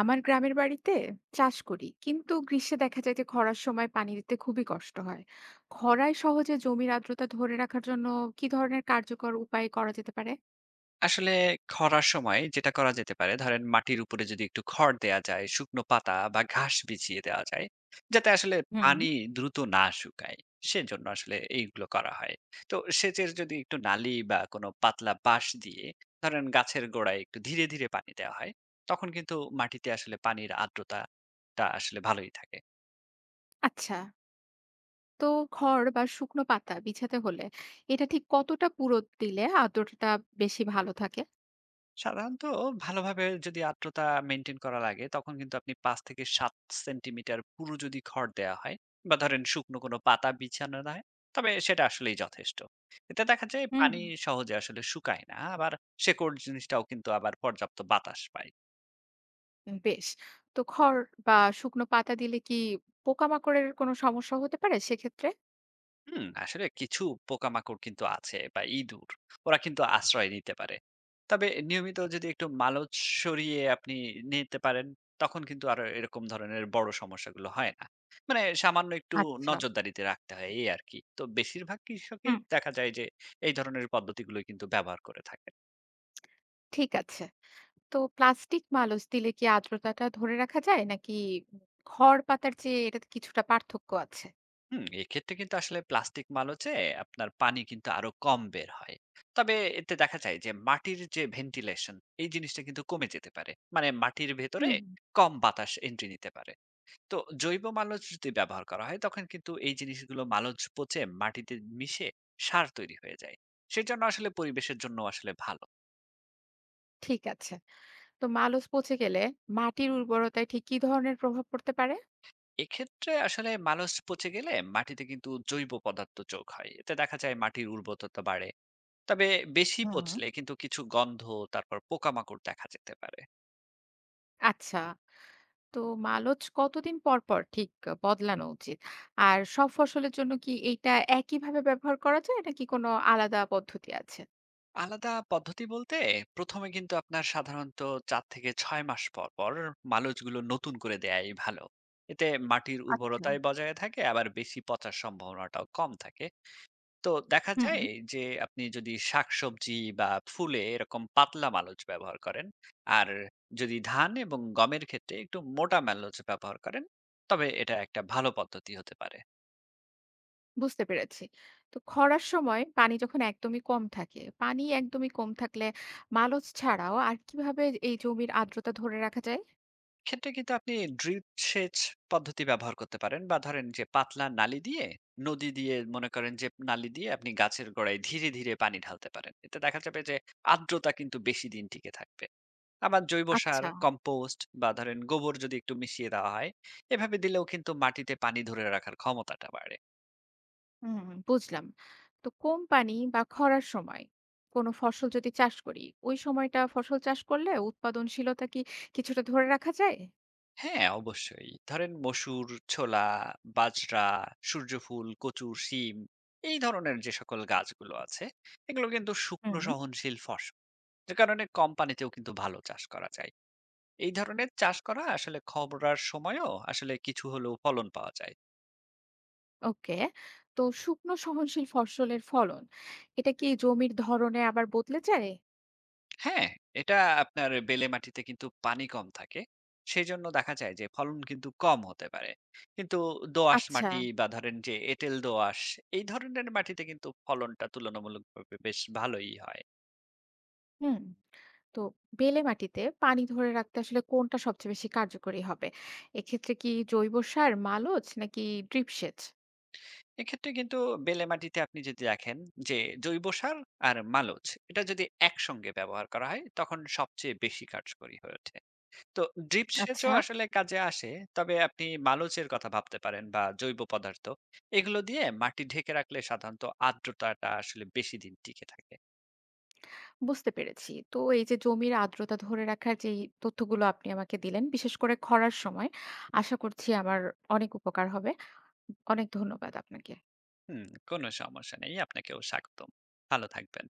আমার গ্রামের বাড়িতে চাষ করি, কিন্তু গ্রীষ্মে দেখা যায় যে খরার সময় পানি দিতে খুবই কষ্ট হয়। খরায় সহজে জমির আর্দ্রতা ধরে রাখার জন্য কি ধরনের কার্যকর উপায় করা যেতে পারে? আসলে খরার সময় যেটা করা যেতে পারে ধরেন মাটির উপরে যদি একটু খড় দেয়া যায়, শুকনো পাতা বা ঘাস বিছিয়ে দেওয়া যায় যাতে আসলে হুম। পানি দ্রুত না শুকায়। সেজন্য আসলে এইগুলো করা হয়। তো সেচের যদি একটু নালি বা কোনো পাতলা বাঁশ দিয়ে ধরেন গাছের গোড়ায় একটু ধীরে ধীরে পানি দেওয়া হয়, তখন কিন্তু মাটিতে আসলে পানির আর্দ্রতাটা আসলে ভালোই থাকে। আচ্ছা, তো খড় বা শুকনো পাতা বিছাতে হলে এটা ঠিক কতটা পুরো দিলে আর্দ্রতা বেশি ভালো থাকে? সাধারণত ভালোভাবে যদি আর্দ্রতা মেনটেন করা লাগে তখন কিন্তু আপনি 5 থেকে 7 সেন্টিমিটার পুরো যদি খড় দেওয়া হয় বা ধরেন শুকনো কোনো পাতা বিছানো হয় তবে সেটা আসলেই যথেষ্ট। এতে দেখা যায় হুম। পানি সহজে আসলে শুকায় না, আবার শেকড় জিনিসটাও কিন্তু আবার পর্যাপ্ত বাতাস পায়। বেশ। তো খড় বা শুকনো পাতা দিলে কি পোকামাকড়ের কোনো সমস্যা হতে পারে সেক্ষেত্রে? হুম, আসলে কিছু পোকামাকড় কিন্তু আছে বা ইঁদুর, ওরা কিন্তু আশ্রয় নিতে পারে। তবে নিয়মিত যদি একটু মালচ সরিয়ে আপনি নিতে পারেন তখন কিন্তু আর এরকম ধরনের বড় সমস্যাগুলো হয় না। মানে সামান্য একটু আচ্ছা। নজরদারিতে রাখতে হয় এই আর কি। তো বেশিরভাগ কৃষকই হুম। দেখা যায় যে এই ধরনের পদ্ধতিগুলো কিন্তু ব্যবহার করে থাকে। ঠিক আছে। তো প্লাস্টিক মালচ দিলে কি আর্দ্রতাটা ধরে রাখা যায় নাকি খড় পাতার চেয়ে এটাতে কিছুটা পার্থক্য আছে? হুম, এক্ষেত্রে কিন্তু আসলে প্লাস্টিক মালচে আপনার পানি কিন্তু আরো কম বের হয়। তবে এতে দেখা যায় যে মাটির যে ভেন্টিলেশন এই জিনিসটা কিন্তু কমে যেতে পারে, মানে মাটির ভেতরে হুম। কম বাতাস এন্ট্রি নিতে পারে। তো জৈব মালচ যদি ব্যবহার করা হয় তখন কিন্তু এই জিনিসগুলো মালচ পচে মাটিতে মিশে সার তৈরি হয়ে যায়। সেজন্য আসলে পরিবেশের জন্য আসলে ভালো। ঠিক আছে। তো মালচ পচে গেলে মাটির উর্বরতায় ঠিক কি ধরনের প্রভাব পড়তে পারে? এক্ষেত্রে আসলে মালচ পচে গেলে মাটিতে কিন্তু জৈব পদার্থ যোগ হয়, এতে দেখা যায় মাটির উর্বরতা বাড়ে। তবে বেশি হুম। পচলে কিন্তু কিছু গন্ধ, তারপর পোকামাকড় দেখা যেতে পারে। আচ্ছা। তো মালচ কতদিন পর পর ঠিক বদলানো উচিত, আর সব ফসলের জন্য কি এইটা একইভাবে ব্যবহার করা যায় নাকি কোনো আলাদা পদ্ধতি আছে? আলাদা পদ্ধতি বলতে, প্রথমে কিন্তু আপনার সাধারণত 4 থেকে 6 মাস পর পর মালচগুলো নতুন করে দেয়াই ভালো। এতে মাটির আচ্ছা। উর্বরতায় বজায় থাকে, আবার বেশি পচার সম্ভাবনাটাও কম থাকে। তো দেখা হুম। যায় যে আপনি যদি শাকসবজি বা ফুলে এরকম পাতলা মালচ ব্যবহার করেন, আর যদি ধান এবং গমের ক্ষেত্রে একটু মোটা মালচ ব্যবহার করেন, তবে এটা একটা ভালো পদ্ধতি হতে পারে। বুঝতে পেরেছি। তো খরার সময় পানি যখন একদমই কম থাকে, পানি একদমই কম থাকলে মালচ ছাড়াও আর কিভাবে এই জমির আর্দ্রতা ধরে রাখা যায়? ক্ষেত্রে কিন্তু আপনি ড্রিপ সেচ পদ্ধতি ব্যবহার করতে পারেন, বা ধরেন যে পাতলা নালি দিয়ে, নদী দিয়ে মনে করেন যে নালি দিয়ে আপনি গাছের গোড়ায় ধীরে ধীরে পানি ঢালতে পারেন, এতে দেখা যাবে যে আর্দ্রতা কিন্তু বেশি দিন টিকে থাকবে। আবার জৈব সার আচ্ছা। কম্পোস্ট বা ধরেন গোবর যদি একটু মিশিয়ে দেওয়া হয়, এভাবে দিলেও কিন্তু মাটিতে পানি ধরে রাখার ক্ষমতাটা বাড়ে। হুম, বুঝলাম। তো কম পানি বা খরার সময় কোনো ফসল যদি চাষ করি, ওই সময়টা ফসল চাষ করলে উৎপাদনশীলতা কি কিছুটা ধরে রাখা যায়? হ্যাঁ, অবশ্যই। ধরেন মসুর, ছোলা, বাজরা, সূর্যফুল, কচু, শিম এই ধরনের যে সকল গাছগুলো আছে, এগুলো কিন্তু শুকনো হুম। সহনশীল ফসল। যে কারণে কম পানিতেও কিন্তু ভালো চাষ করা যায়। এই ধরনের চাষ করা আসলে খবরার সময়ও আসলে কিছু হলেও ফলন পাওয়া যায়। ওকে। তো শুকনো সহনশীল ফসলের ফলন, এটা কি জমির ধরনে আবার বদলে যায়? হ্যাঁ, এটা আপনার বেলে মাটিতে কিন্তু পানি কম থাকে। সেজন্য দেখা যায় যে ফলন কিন্তু কম হতে পারে। কিন্তু দোআঁশ আচ্ছা। মাটি বা ধরেন যে এঁটেল দোআঁশ, এই ধরনের মাটিতে কিন্তু ফলনটা তুলনামূলকভাবে বেশ ভালোই হয়। হুম। তো বেলে মাটিতে পানি ধরে রাখতে আসলে কোনটা সবচেয়ে বেশি কার্যকরী হবে, এক্ষেত্রে কি জৈব সার মালচ নাকি ড্রিপ সেচ? এক্ষেত্রে কিন্তু বেলে মাটিতে আপনি যদি দেখেন যে জৈব সার আর মালচ এটা যদি একসঙ্গে ব্যবহার করা হয় তখন সবচেয়ে বেশি কার্যকরী হয়ে ওঠে। তো ড্রিপ সেচও আচ্ছা। আসলে কাজে আসে। তবে আপনি মালচের কথা ভাবতে পারেন বা জৈব পদার্থ। এগুলো দিয়ে মাটি ঢেকে রাখলে সাধারণত আর্দ্রতাটা আসলে বেশি দিন টিকে থাকে। বুঝতে পেরেছি, তো এই যে জমির আর্দ্রতা ধরে রাখার যে তথ্যগুলো আপনি আমাকে দিলেন, বিশেষ করে খরার সময়, আশা করছি আমার অনেক উপকার হবে। অনেক ধন্যবাদ আপনাকে। হুম, কোনো সমস্যা নেই। আপনাকেও স্বাগতম। ভালো থাকবেন।